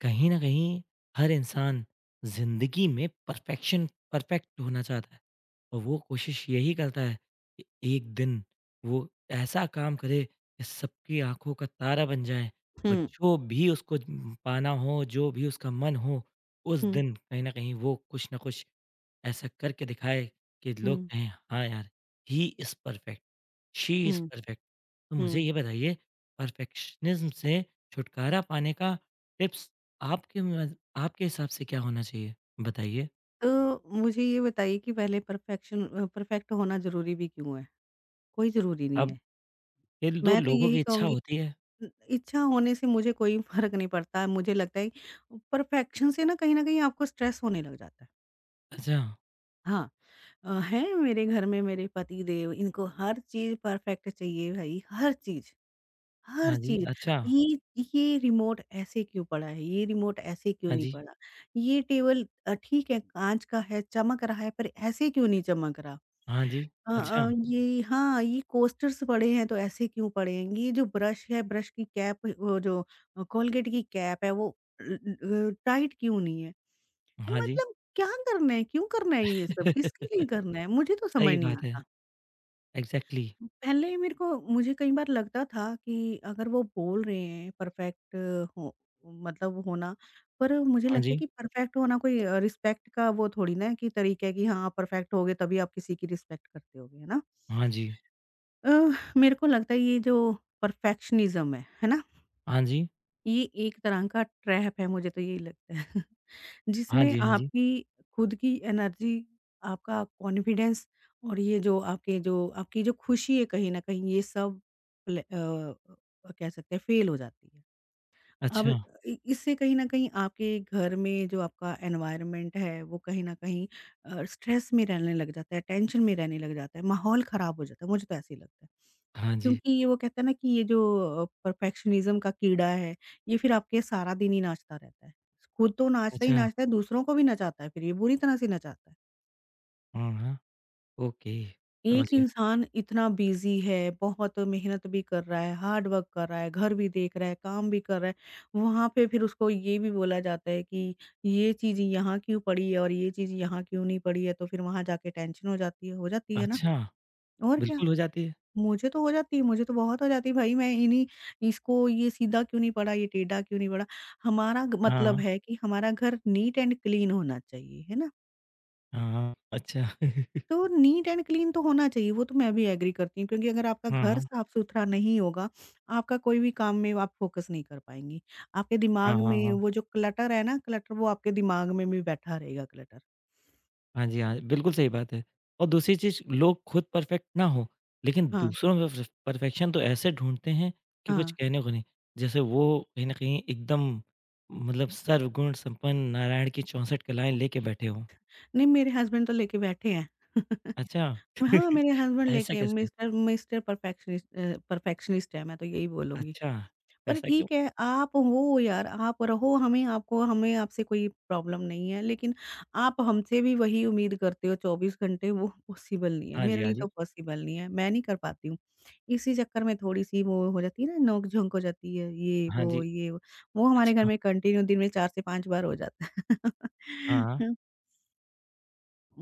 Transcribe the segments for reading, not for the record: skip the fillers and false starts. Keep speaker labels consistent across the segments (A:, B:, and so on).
A: कहीं ना कहीं हर इंसान जिंदगी में परफेक्शन परफेक्ट होना चाहता है और वो कोशिश यही करता है कि एक दिन वो ऐसा काम करे कि सबकी आंखों का तारा बन जाए और
B: हुँ,
A: जो भी उसको पाना हो जो भी उसका मन हो उस
B: हुँ,
A: दिन कहीं ना कहीं वो कुछ ना कुछ ऐसा करके दिखाए कि लोग
B: हुँ,
A: कहें हाँ यार he is perfect she is
B: hmm,
A: perfect. तो मुझे
B: हुँ।
A: ये बताइए परफेक्शनिज्म से छुटकारा पाने का टिप्स आपके म आपके हिसाब से क्या होना चाहिए? बताइए।
B: तो मुझे ये बताइए कि पहले परफेक्ट होना ज़रूरी भी क्यों है? कोई ज़रूरी नहीं
A: अब
B: है।
A: ये दो
B: मैं तो
A: लोगों
B: यही
A: की इच्छा
B: कहूँगी
A: होती है।
B: इ इच्छा होने से मुझे कोई फ़र्क नहीं पड़ता। मुझे लगता है परफेक्शन से ना कहीं न कहीं आपको स्ट्रेस होने लग जाता है।
A: अच्छा,
B: हाँ, है मेरे घर में मेरे पति देव इनको हर चीज़ परफेक्ट चाहिए भई, हर चीज़। हर
A: हाँ जी,
B: चीज़,
A: अच्छा,
B: ये ये रिमोट ऐसे क्यों पड़ा है? ये रिमोट ऐसे क्यों
A: हाँ
B: नहीं
A: जी,
B: पड़ा? ये टेबल ठीक है काँच का है, चमक रहा है पर ऐसे क्यों नहीं चमक रहा?
A: हाँ जी, अच्छा,
B: ये हाँ, ये कोस्टर्स पड़े हैं तो ऐसे क्यों पड़े हैं? ये जो ब्रश है, ब्रश की कैप वो जो कोलगेट की कैप है वो ल ल अ, टाइट क्यों नहीं है?
A: हाँ जी।
B: मतलब क्या करना है? क्यों करना है ये सब? किसके लिए करना है? मुझे तो समझ
A: सही
B: नहीं
A: बात है,
B: आता।
A: एग्ज़ैक्टली।
B: पहले मेरे को मुझे कई बार लगता था कि अगर वो बोल रहे हैं परफेक्ट हो मतलब होना पर मुझे
A: हाँ
B: लगता है
A: जी,
B: कि परफेक्ट होना कोई रिस्पेक्ट का वो थोड़ी ना है कि तरीका है कि हाँ आप परफेक्ट होगे तभी आप किसी की रिस्पेक्ट करते होगे है ना।
A: हाँ जी,
B: अ, मेरे को लगता है ये जो परफेक्शनिज्म है ना,
A: हाँ जी,
B: ये एक तरह का ट्रैप है मुझे तो यही लगता है
A: हाँ
B: जिसमें
A: जी, हाँ जी,
B: आपकी खुद की एनर्जी, आपका कॉन्फिडेंस और ये जो आपके जो आपकी जो खुशी है कहीं न कहीं ये सब प्ले अ कह सकते हैं फ़ेल हो जाती है। अब
A: अच्छा,
B: इ इससे कहीं न कहीं आपके घर में जो आपका एनवायरनमेंट है वो कहीं न कहीं स्ट्रेस में रहने लग जाता है, टेंशन में रहने लग जाता है, माहौल ख़राब हो जाता है, मुझे तो ऐसे ही लगता है।
A: हाँ जी,
B: क्योंकि ये वो कहते हैं ना कि ये जो परफेक्शनिज़्म का कीड़ा है, ये फिर आपके सारा दिन ही नाचता रहता है। खुद तो नाचता ही
A: अच्छा,
B: नाचता है, दूसरों को भी नचाता है फिर ये, बुरी तरह से नचाता है।
A: हाँ, हाँ, ओके, समझ
B: एक
A: गया।
B: इंसान इतना बिज़ी है, बहुत मेहनत भी कर रहा है, हार्ड वर्क कर रहा है, घर भी देख रहा है, काम भी कर रहा है, वहाँ पे फिर उसको ये भी बोला जाता है कि ये चीज़ यहाँ क्यों पड़ी है और ये चीज़ यहाँ क्यों नहीं पड़ी है, तो फिर वहाँ जाके टेंशन हो जाती है ना?
A: अच्छा,
B: और क्या।
A: बिल्कुल हो जाती है।
B: मुझे तो हो जाती है, मुझे तो बहुत हो जाती है भाई मैं इन्हीं इसको ये सीधा क्यों नहीं पड़ा, ये टेढ़ा क्यों नहीं पड़ा। हमारा ग
A: हाँ,
B: मतलब है कि हमारा घर नीट एंड क्लीन होना चाहिए, है ना?
A: हाँ, हाँ, अच्छा,
B: तो नीट एंड क्लीन तो होना चाहिए, वो तो मैं भी एग्री करती हूँ क्योंकि अगर आपका
A: हाँ,
B: घर
A: हाँ,
B: साफ-सुथरा नहीं होगा, आपका कोई भी काम में आप फ़ोकस नहीं कर पाएँगी। आपके
A: हाँ,
B: दिमाग
A: हाँ,
B: में
A: हाँ।
B: वो जो क्लटर है ना, क्लटर वो आपके दिमाग में भी बैठा रहेगा क्लटर।
A: हाँ जी, हाँ, बिल्कुल सही बात है। और दूसरी चीज़ लोग खुद परफ़ेक्ट ना हों, लेकिन
B: हाँ,
A: दूसरों में परफ़ेक्शन तो ऐसे ढूँढते हैं कि कुछ
B: हाँ।
A: कहने को नहीं। जैसे वो कहीं न कहीं एकदम मतलब सर्वगुण संपन्न नारायण की 64 कलाएँ लेके बैठे हों।
B: नहीं मेरे हस्बैंड तो लेके बैठे हैं।
A: अच्छा,
B: हाँ, मेरे हस्बैंड
A: ऐसा
B: लेके
A: कैसे?
B: मिस्टर मिस्टर परफेक्शनिस्ट है, मैं तो यही बोलूँगी।
A: अच्छा,
B: पर
A: ऐसा क्यों?
B: ठीक है, आप हो यार, आप रहो हमें आपसे कोई प्रॉब्लम नहीं है, लेकिन आप हमसे भी वही उम्मीद करते हो 24 घंटे, वो पॉसिबल नहीं है।
A: हाँ
B: मेरे
A: जी, हाँ
B: लिए
A: जी।
B: तो पॉसिबल नहीं है, मैं नहीं कर पाती हूँ। इसी चक्कर में थोड़ी-सी वो हो जाती है ना, नोक-झोंक हो जाती है, ये,
A: हाँ
B: वो,
A: जी,
B: ये, वो। वो हमारे घर
A: अच्छा।
B: में कंटिन्यू दिन में 4 से 5 बार हो जाता है।
A: हाँ,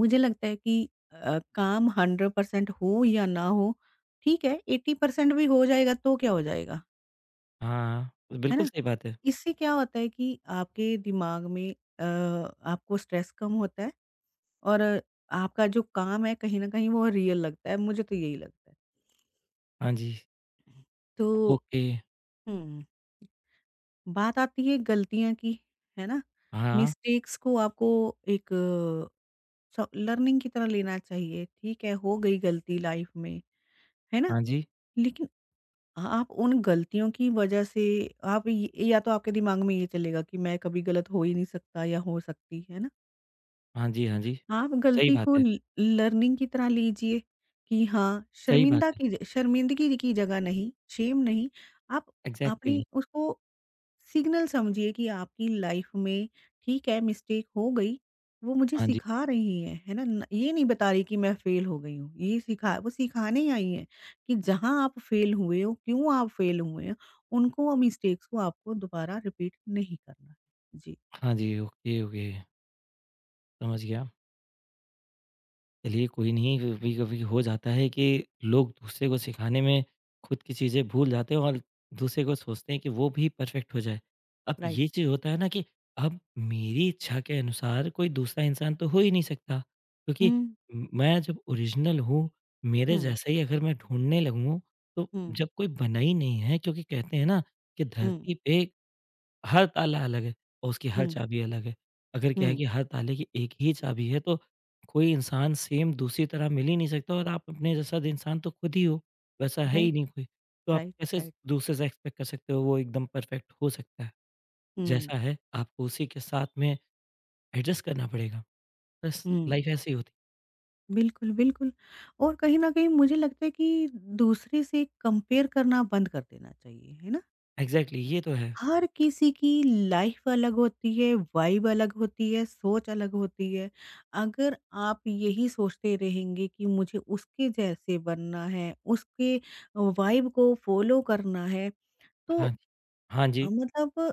B: मुझे लगता है कि काम 100% हो या ना हो, ठीक है 80% भी हो जाएगा तो क्या हो जाएगा,
A: हाँ,
B: है
A: बिल्कुल
B: ना?
A: सही बात है।
B: इससे क्या होता है कि आपके दिमाग में आपको स्ट्रेस कम होता है और आपका जो काम है कहीं न कहीं वो रियल लगता है, मुझे तो यही लगता है।
A: हाँ जी,
B: तो
A: ओके।
B: हुँ, बात आती है गलतियाँ की, है ना?
A: हाँ,
B: मिस्टेक्स को आपको एक स लर्निंग की तरह लेना चाहिए, ठीक है हो गई गलती लाइफ में, है ना?
A: हाँ जी।
B: लेकिन हाँ, आप उन गलतियों की वजह से आप ये या तो आपके दिमाग में ये चलेगा कि मैं कभी गलत हो ही नहीं सकता या हो सकती, है ना?
A: हाँ जी, हाँ जी।
B: आप
A: सही
B: गलती को
A: बात है,
B: ल लर्निंग की तरह लीजिए कि हाँ,
A: सही
B: शर्मिंदा
A: बात है।
B: की ज शर्मिंदगी की जगह नहीं, शेम नहीं, आप
A: एग्ज़ैक्टली,
B: अपनी उसको सिग्नल समझिए कि आपकी लाइफ में ठीक है मिस्टेक हो गई, वो मुझे
A: हाँ जी।
B: सिखा रही हैं, है ना? न ये नहीं बता रही कि मैं फेल हो गई हूँ, ये सिखा वो सिखाने आई हैं कि जहाँ आप फेल हुए हो, क्यों आप फेल हुए हैं, उनको और मिस्टेक्स को आपको दोबारा रिपीट नहीं करना। है। जी,
A: हाँ जी, ओके, ओके, समझ गया। चलिए कोई नहीं, कभी-कभी हो जाता है कि लोग दूसरे को सिखाने में खुद की चीज़ें भूल जाते हैं और दूसरे को सोचते हैं कि वो भी परफ़ेक्ट हो जाए। अब
B: राइट।
A: ये चीज़ होता है ना कि अब मेरी इच्छा के अनुसार कोई दूसरा इंसान तो हो ही नहीं सकता क्योंकि
B: हुँ,
A: म मैं जब ओरिजिनल हूँ, मेरे
B: हुँ,
A: जैसा ही अगर मैं ढूँढने लगूँ, तो
B: हुँ,
A: जब कोई बना ही नहीं है क्योंकि कहते हैं ना कि
B: हुँ,
A: धरती पे हर ताला अलग है और उसकी हर
B: हुँ,
A: चाबी अलग है। अगर क्या है
B: हुँ,
A: कि हर ताले की एक ही चाबी है तो कोई इंसान सेम दूसरी तरह मिल ही नहीं सकता और आप अपने जैसा इंसान तो खुद ही हो, वैसा है ही
B: राइट,
A: नहीं कोई। तो आप
B: राइट,
A: कैसे
B: राइट।
A: दूसरे से एक्सपेक्ट कर सकते हो वो एकदम परफेक्ट हो सकता है।
B: हुँ,
A: जैसा है आपको उसी के साथ में एडजस्ट करना पड़ेगा। बस
B: हुँ।
A: लाइफ ऐसी होती
B: बिल्कुल, बिल्कुल। और कहीं न कहीं मुझे लगता है कि दूसरे से कंपेयर करना बंद कर देना चाहिए, है ना?
A: है। एग्ज़ैक्टली ये तो है।
B: हर किसी की लाइफ़ अलग होती है, वाइब अलग होती है, सोच अलग होती है। अगर आप यही सोचते रहेंगे कि मुझे उसके जैसे बनना है, उसके वाइब को फ़ॉलो करना है,
A: हाँ
B: तो
A: जी, हाँ जी।
B: मतलब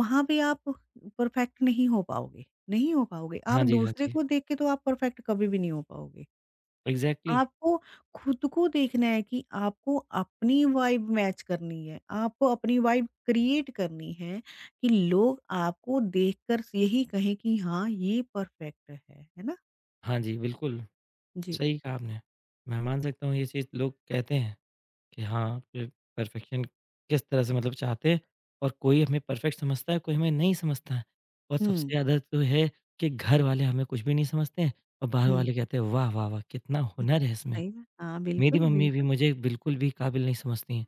B: वहाँ पे आप परफेक्ट नहीं हो पाओगे, नहीं हो पाओगे। आप
A: हाँ जी, हाँ
B: दूसरे
A: जी।
B: को देख के तो आप परफेक्ट कभी भी नहीं हो पाओगे।
A: एग्ज़ैक्टली
B: आपको खुद को देखना है कि आपको अपनी वाइब मैच करनी है, आपको अपनी वाइब क्रिएट करनी है कि लोग आपको देखकर यही कहें कि हाँ, ये परफेक्ट है ना?
A: हाँ जी, बिल्कुल
B: जी।
A: सही कहा आपने। मैं मान सकता हूँ ये चीज़ लोग कहते हैं। कि हाँ, पे परफेक्शन किस तरह से मतलब चाहते हैं और कोई हमें परफेक्ट समझता है, कोई हमें नहीं समझता है। और सबसे
B: हुँ,
A: ज़्यादा तो है कि घर वाले हमें कुछ भी नहीं समझते हैं और बाहर
B: हुँ,
A: वाले कहते हैं, "वाह, वाह, वाह! कितना
B: हुँ।
A: हुनर है इसमें।"
B: सही बात हाँ,
A: मेरी
B: बिल्कुल,
A: मम्मी भी
B: बिल्कुल।
A: मुझे बिल्कुल भी काबिल नहीं समझती हैं,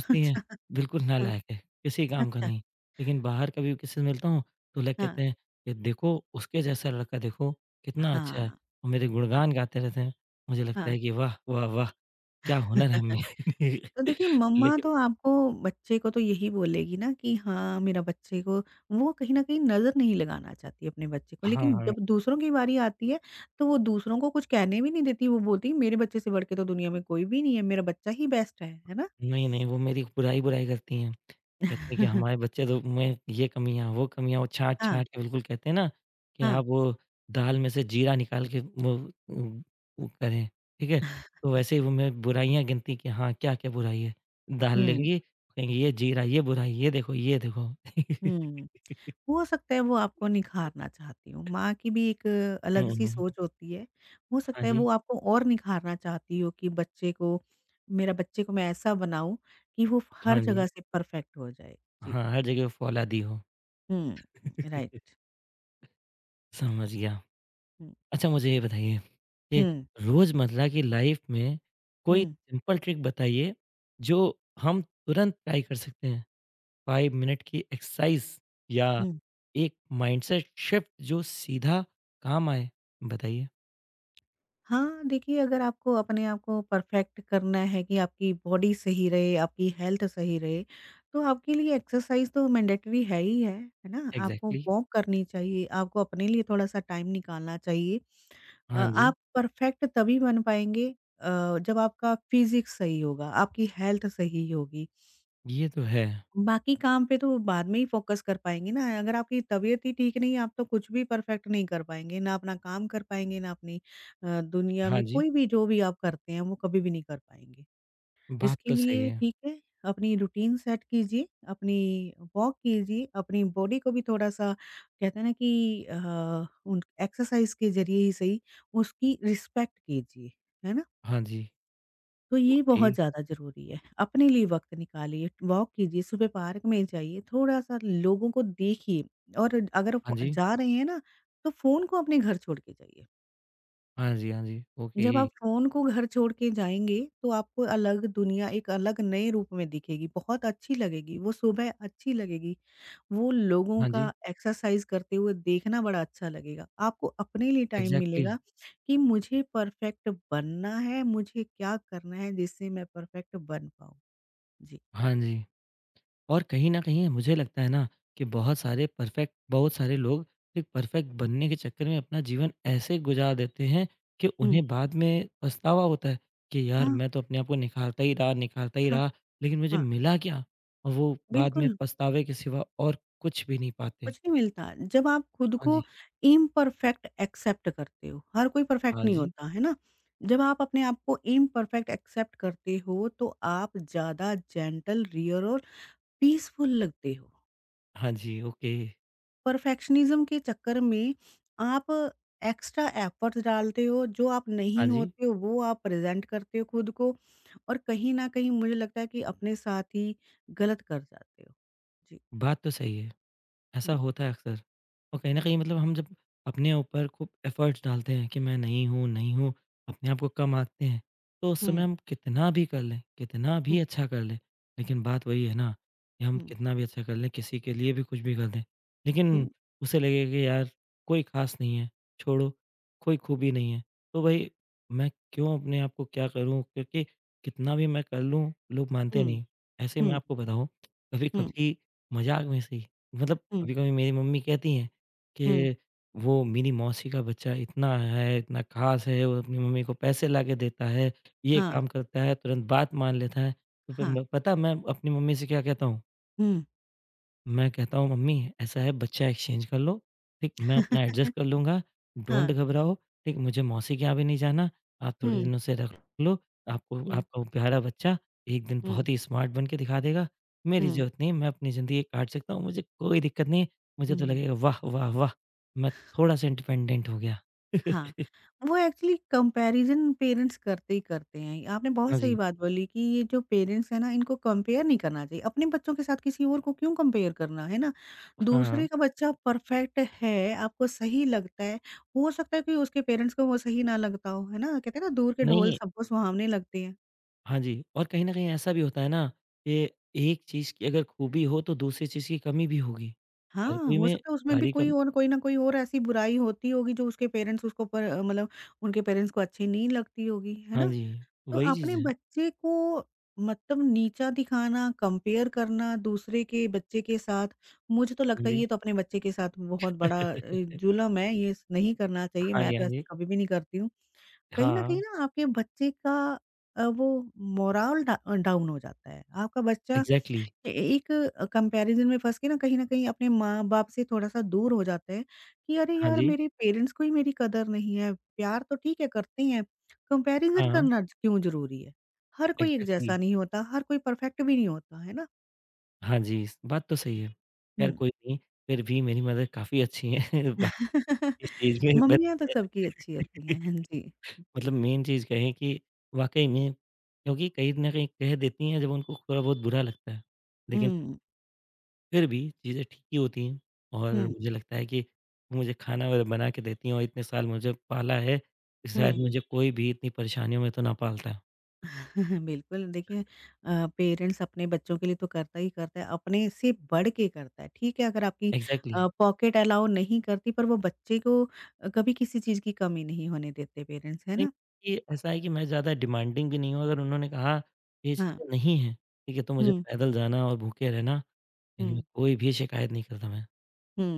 A: हैं,
B: अच्छा,
A: "बिल्कुल
B: हाँ,
A: नालायक है, किसी काम का
B: अच्छा,
A: नहीं।" लेकिन बाहर कभी किसी से मिलता हूँ, तो लोग
B: हाँ,
A: कहते हैं कि, "देखो, उसके जैसा लड़का देखो, कितना अच्छा है।"
B: हाँ,
A: और मेरे
B: हाँ,
A: गुणगान गाते रहते हैं। मुझे लगता
B: हाँ।
A: है कि वाह, वाह, वाह! क्या हुनर है में।
B: तो देखिए मम्मा
A: लेकिन
B: तो आपको बच्चे को तो यही बोलेगी ना कि हाँ मेरा बच्चे को वो कहीं न कहीं नज़र नहीं लगाना चाहती अपने बच्चे को।
A: हाँ,
B: लेकिन
A: हाँ।
B: जब दूसरों की बारी आती है तो वो दूसरों को कुछ कहने भी नहीं देती। वो बोलती है मेरे बच्चे से बढ़ के तो दुनिया में कोई भी नहीं है, मेरा बच्चा ही बेस्ट है। है ना?
A: नहीं, नहीं वो मेरी बुराई-बुराई करती हैं। कहती हैं कि हमारे बच्चे तो में ये कमियाँ वो
B: हाँ,
A: छाँट-छाँट के बिल्कुल कहते हैं ना कि
B: हाँ।
A: आप वो दाल में से जीरा निकाल के वो उ वो करें, ठीक है? तो वैसे ही वो मैं बुराइयाँ गिनती कि हाँ, क्या-क्या बुराई है। दाल
B: हुँ,
A: लेंगी, कहेंगी ये जीरा, ये बुराई, ये देखो, ये देखो।
B: हुँ। हो सकता है वो आपको निखारना चाहती हो। माँ की भी एक
A: हुँ,
B: अलग-सी
A: हुँ।
B: सोच होती है। हो
A: हाँ
B: सकता है
A: जी,
B: वो आपको और निखारना चाहती हो कि बच्चे को मेरा बच्चे को मैं ऐसा बनाऊँ कि वो हर
A: हाँ जी।
B: जगह से परफ़ेक्ट हो जाए। जी।
A: हाँ, हर जगह फौलादी हो।
B: हुँ, राइट।
A: समझ गया।
B: हुँ,
A: अच्छा मुझे ये बताइए कि
B: हुँ,
A: रोज़मर्रा की लाइफ में कोई
B: हुँ,
A: सिंपल ट्रिक बताइए जो हम तुरंत ट्राई कर सकते हैं। 5 मिनट की एक्सरसाइज या
B: हुँ।
A: एक माइंडसेट शिफ्ट जो सीधा काम आए, बताइए?
B: हाँ, देखिए अगर आपको अपने आप को परफ़ेक्ट करना है कि आपकी बॉडी सही रहे, आपकी हेल्थ सही रहे, तो आपके लिए एक्सरसाइज़ तो मैंडेटरी है ही है ना? आपको
A: एग्ज़ैक्टली
B: वॉक करनी चाहिए, आपको अपने लिए थोड़ा-सा टाइम निकालना चाहिए।
A: हाँ जी,
B: आप परफेक्ट तभी बन पाएँगे अ, जब आपका फिज़िक्स सही होगा, आपकी हेल्थ सही होगी।
A: ये तो है।
B: बाकी काम पे तो बाद में ही फ़ोकस कर पाएँगे ना, अगर आपकी तबीयत ही ठीक नहीं है, आप तो कुछ भी परफेक्ट नहीं कर पाएँगे, ना अपना काम कर पाएँगे, ना अपनी दुनिया
A: हाँ
B: में
A: जी,
B: कोई भी जो भी आप करते हैं, वो कभी भी नहीं कर पाएँगे।
A: बात
B: इसके
A: तो सही
B: लिए
A: है।
B: ठीक है, अपनी रूटीन सेट कीजिए, अपनी वॉक कीजिए, अपनी बॉडी को भी थोड़ा-सा कहते हैं ना कि उन एक्सरसाइज़ के ज़रिए ही सही, उसकी रिस्पेक्ट कीजिए, है ना?
A: हाँ जी,
B: तो ये
A: ओके,
B: बहुत ज़्यादा ज़रूरी है। अपने लिए वक़्त निकालिए, वॉक कीजिए, सुबह पार्क में जाइए, थोड़ा-सा लोगों को देखिए और अगर
A: हाँ
B: फ़ो
A: जी,
B: जा रहे हैं ना, तो फ़ोन को अपने घर छोड़ के जाइए।
A: हाँ जी, हाँ जी, ओके,
B: जब आप फ़ोन को घर छोड़ के जाएँगे, तो आपको अलग दुनिया एक अलग नए रूप में दिखेगी, बहुत अच्छी लगेगी, वो सुबह अच्छी लगेगी, वो लोगों
A: हाँ
B: का
A: जी,
B: एक्सरसाइज़ करते हुए देखना बड़ा अच्छा लगेगा। आपको अपने लिए टाइम
A: एग्ज़ैक्टली
B: मिलेगा कि मुझे परफेक्ट बनना है, मुझे क्या करना है जिससे मैं परफेक्ट बन पाऊँ। जी।
A: हाँ जी। और कहीं न कहीं मुझे लगता है ना कि बहुत सारे परफेक्ट बहुत सारे लोग एक परफेक्ट बनने के चक्कर में अपना जीवन ऐसे गुजार देते हैं कि
B: हुँ।
A: उन्हें बाद में पछतावा होता है कि यार
B: हाँ।
A: मैं तो अपने आप को निखारता ही
B: हाँ,
A: रहा लेकिन मुझे
B: हाँ।
A: मिला क्या? और वो बाद में
B: बिल्कुल।
A: पछतावे के सिवा और कुछ भी नहीं पाते।
B: कुछ नहीं मिलता। जब आप खुद
A: हाँ
B: को
A: जी,
B: इम्परफेक्ट एक्सेप्ट करते हो, हर कोई परफेक्ट
A: हाँ
B: नहीं
A: जी,
B: होता, है ना? जब आप अपने आप को इम्परफेक्ट एक्सेप्ट करते हो, तो आप ज़्यादा जेंटल, रियल और पीसफुल लगते हो।
A: हाँ जी, ओके,
B: परफेक्शनिज़्म के चक्कर में आप एक्स्ट्रा एफर्ट्स डालते हो, जो आप
A: हाँ
B: नहीं
A: जी,
B: होते हो, वो आप प्रेज़ेंट करते हो खुद को और कहीं न कहीं मुझे लगता है कि अपने साथ ही गलत कर जाते हो। जी।
A: बात तो सही है। ऐसा
B: हुँ,
A: होता है अक्सर और कहीं न कहीं मतलब हम जब अपने ऊपर खूब एफ़र्ट्स डालते हैं कि मैं नहीं हूँ, नहीं हूँ, अपने आप को कम आँकते हैं, तो उस समय
B: हुँ,
A: हम कितना भी कर लें, कितना भी
B: हुँ,
A: अच्छा कर लें, लेकिन बात वही है ना कि हम
B: हुँ,
A: कितना भी अच्छा कर लें, किसी के लिए भी कुछ भी कर दें,
B: हुँ,
A: लेकिन उसे लगेगा कि यार कोई ख़ास नहीं है, छोड़ो, कोई खूबी नहीं है। तो भई मैं क्यों अपने आप को क्या करूँ क्योंकि कितना भी मैं कर लूँ, लोग मानते
B: हुँ,
A: नहीं। ऐसे मैं
B: हुँ,
A: आपको बताऊँ,
B: हुँ,
A: कभी-कभी मज़ाक में से ही मतलब
B: हुँ।
A: कभी-कभी मेरी मम्मी कहती हैं
B: हुँ,
A: कि वो मेरी मौसी का बच्चा इतना है, इतना ख़ास है, वो अपनी मम्मी को पैसे लाके देता है, ये
B: हाँ,
A: काम करता है, तुरंत बात मान लेता है। तो
B: हाँ,
A: तुम पता है मैं अपनी मम्मी से क्या कहता हूँ?
B: हुँ,
A: मैं कहता हूँ मम्मी ऐसा है बच्चा एक्सचेंज कर लो, ठीक? मैं अपना एडजस्ट कर लूँगा, डोंट
B: हाँ,
A: घबराओ, ठीक? मुझे मौसी के यहाँ भी नहीं जाना, आप थोड़े
B: हुँ,
A: दिनों से रख लो, आपको
B: हुँ,
A: आपका वो प्यारा बच्चा एक दिन
B: हुँ,
A: बहुत ही स्मार्ट बन के दिखा देगा, मेरी
B: हुँ,
A: ज़रूरत नहीं है, मैं अपनी ज़िंदगी काट सकता हूँ, मुझे कोई दिक्कत नहीं है, मुझे तो
B: हुँ,
A: लगेगा वाह, वाह, वाह! मैं थोड़ा-सा इंडिपेंडेंट हो गया।
B: हाँ। वो एक्चुअली कंपैरिज़न पेरेंट्स करते ही करते हैं। आपने बहुत
A: हाँ
B: सही
A: जी,
B: बात बोली कि ये जो पेरेंट्स हैं ना, इनको कंपेयर नहीं करना चाहिए। अपने बच्चों के साथ किसी और को क्यों कंपेयर करना, है ना? दूसरे
A: हाँ,
B: का बच्चा परफेक्ट है, आपको सही लगता है, हो सकता है कि उसके पेरेंट्स को वो सही ना लगता हो, है ना? कहते हैं ना दूर के ढोल
A: नहीं
B: सबको सुहावने लगते हैं।
A: हाँ जी, और कहीं न कहीं ऐसा भी होता है ना कि एक चीज़ की अगर खूबी हो तो दूसरी चीज़ की कमी भी होगी। हर
B: हाँ,
A: कोई
B: हो
A: में
B: सकता है उसमें भी
A: सारी
B: कोई
A: कम
B: और कोई ना कोई और ऐसी बुराई होती होगी जो उसके पेरेंट्स उसको पर मतलब उनके पेरेंट्स को अच्छी नहीं लगती होगी, है
A: हाँ
B: ना?
A: जी,
B: तो
A: वही
B: अपने
A: चीज़ है।
B: बच्चे को मतलब नीचा दिखाना, कंपेयर करना दूसरे के बच्चे के साथ, मुझे तो
A: हाँ
B: लगता है
A: जी।
B: ये तो अपने बच्चे के साथ बहुत बड़ा जुल्म है, ये स नहीं करना चाहिए,
A: हाँ
B: मैं
A: जी,
B: तो
A: हाँ
B: ऐसी
A: जी।
B: कभी भी नहीं करती हूँ। कहीं न कहीं
A: हाँ,
B: ना आपके बच्चे का वो मोरल डा डाउन हो जाता है, आपका बच्चा
A: एग्ज़ैक्टली।
B: ए एक कंपैरिज़न में फँस के ना कहीं न कहीं अपने माँ-बाप से थोड़ा-सा दूर हो जाते हैं कि अरे
A: हाँ
B: यार!
A: जी,
B: मेरे पेरेंट्स को ही मेरी कदर नहीं है। प्यार तो ठीक है करते हैं, कंपैरिज़न
A: हाँ,
B: करना ज क्यों ज़रूरी है? हर कोई एक जैसा
A: एग्ज़ैक्टली।
B: नहीं होता, हर कोई परफेक्ट भी नहीं होता, है ना?
A: हाँ जी, इस बात तो सही है।
B: हुँ।
A: ख़ैर कोई नहीं, फिर भी मेरी मदर काफ़ी अच्छी हैं। बाकी इस चीज़ में मैं
B: मम्मियाँ तो सबकी अच्छी
A: थोड़ा-सा।
B: होती हैं। हाँ जी।
A: मतलब मेन चीज़ कहें कि वाक़ई में क्योंकि कहीं न कहीं कह देती हैं जब उनको थोड़ा बहुत बुरा लगता है। लेकिन
B: हुँ,
A: फिर भी चीज़ें ठीक ही होती हैं और
B: हुँ,
A: मुझे लगता है कि मुझे खाना वगैरह बना के देती हैं और इतने साल मुझे पाला है, शायद
B: हुँ।
A: मुझे कोई भी इतनी परेशानियों में तो ना पालता।
B: बिल्कुल, देखिए पेरेंट्स अपने बच्चों के लिए तो करता ही करता है, अपने से बढ़ के करता है, ठीक है? अगर आपकी
A: एग्ज़ैक्टली
B: पॉकेट अलाउ नहीं करती, पर वो बच्चे को कभी किसी चीज़ की कमी नहीं होने देते पेरेंट्स, है
A: नहीं,
B: ना?
A: ये ऐसा है कि मैं ज़्यादा डिमांडिंग भी नहीं हूँ, अगर उन्होंने कहा ये
B: हाँ।
A: चीज़ें नहीं हैं, ठीक है, तो मुझे
B: हुँ,
A: पैदल जाना और भूखे रहना, इनमें
B: हुँ,
A: कोई भी शिकायत नहीं करता मैं,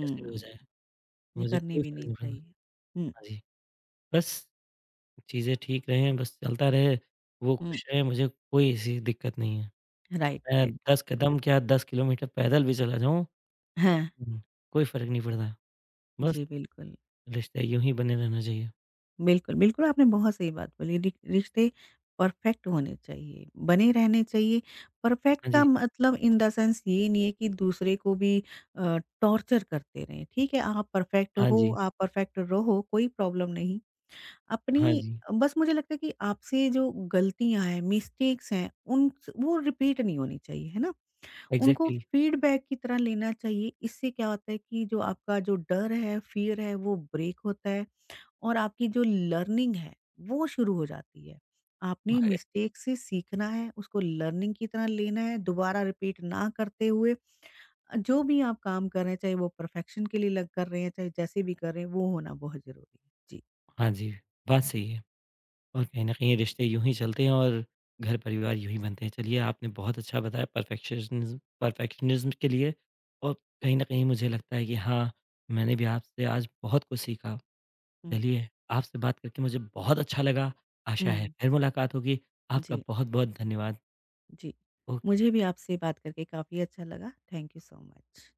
A: कैसे भी हो जाए, तो
B: ये
A: मुझे
B: करनी
A: कोई
B: भी
A: फ़र्क
B: नहीं
A: नहीं पड़ता।
B: चाहिए। हुँ,
A: हाँ जी, बस चीज़ें ठीक रहें, बस चलता रहे, वो
B: हुँ,
A: खुश रहें, मुझे कोई ऐसी दिक्कत नहीं है।
B: राइट,
A: मैं
B: राइट।
A: 10 कदम क्या 10 किलोमीटर पैदल भी चला जाऊँ,
B: हाँ,
A: कोई फ़र्क नहीं पड़ता। बस
B: जी, बिल्कुल।
A: रिश्ते यूँ ही बने रहना चाहिए।
B: बिल्कुल, बिल्कुल, आपने बहुत सही बात बोली रि रिश्ते परफेक्ट होने चाहिए, बने रहने चाहिए। परफेक्ट
A: हाँ
B: का
A: जी,
B: मतलब इन द सेंस ये नहीं है कि दूसरे को भी टॉर्चर करते रहें, ठीक है? आप परफेक्ट
A: हाँ
B: हो,
A: जी,
B: आप परफेक्ट रहो, कोई प्रॉब्लम नहीं।
A: हाँ
B: अपनी
A: जी,
B: बस मुझे लगता है कि आपसे जो गलतियाँ हैं, मिस्टेक्स हैं, उन स वो रिपीट नहीं होनी चाहिए, है ना? उनको
A: एग्ज़ैक्टली।
B: फीडबैक की तरह लेना चाहिए, इससे क्या होता है कि जो आपका जो डर है, फ़ियर है, वो ब्रेक होता है। और आपकी जो लर्निंग है वो शुरू हो जाती है। आपने
A: अरे!
B: मिस्टेक से सीखना है, उसको लर्निंग की तरह लेना है, दोबारा रिपीट ना करते हुए जो भी आप काम कर रहे हैं, चाहे वो परफेक्शन के लिए लग कर रहे हैं, चाहे जैसे भी कर रहे हैं, वो होना बहुत ज़रूरी है। जी।
A: हाँ जी, बात सही है और कहीं न कहीं रिश्ते यूँ ही चलते हैं और घर-परिवार यूँ ही बनते हैं। चलिए, आपने बहुत अच्छा बताया परफ़ेक्शनिज़्म परफ़ेक्शनिज़्म के लिए और कहीं न कहीं मुझे लगता है कि हाँ, मैंने भी आपसे आज बहुत कुछ सीखा।
B: हुँ।
A: चलिए, आपसे बात करके मुझे बहुत अच्छा लगा। आशा है
B: हुँ।
A: फिर मुलाकात होगी। आपका
B: जी,
A: बहुत-बहुत धन्यवाद।
B: जी।
A: ओके।
B: मुझे भी आपसे बात करके काफ़ी अच्छा लगा। Thank you so much.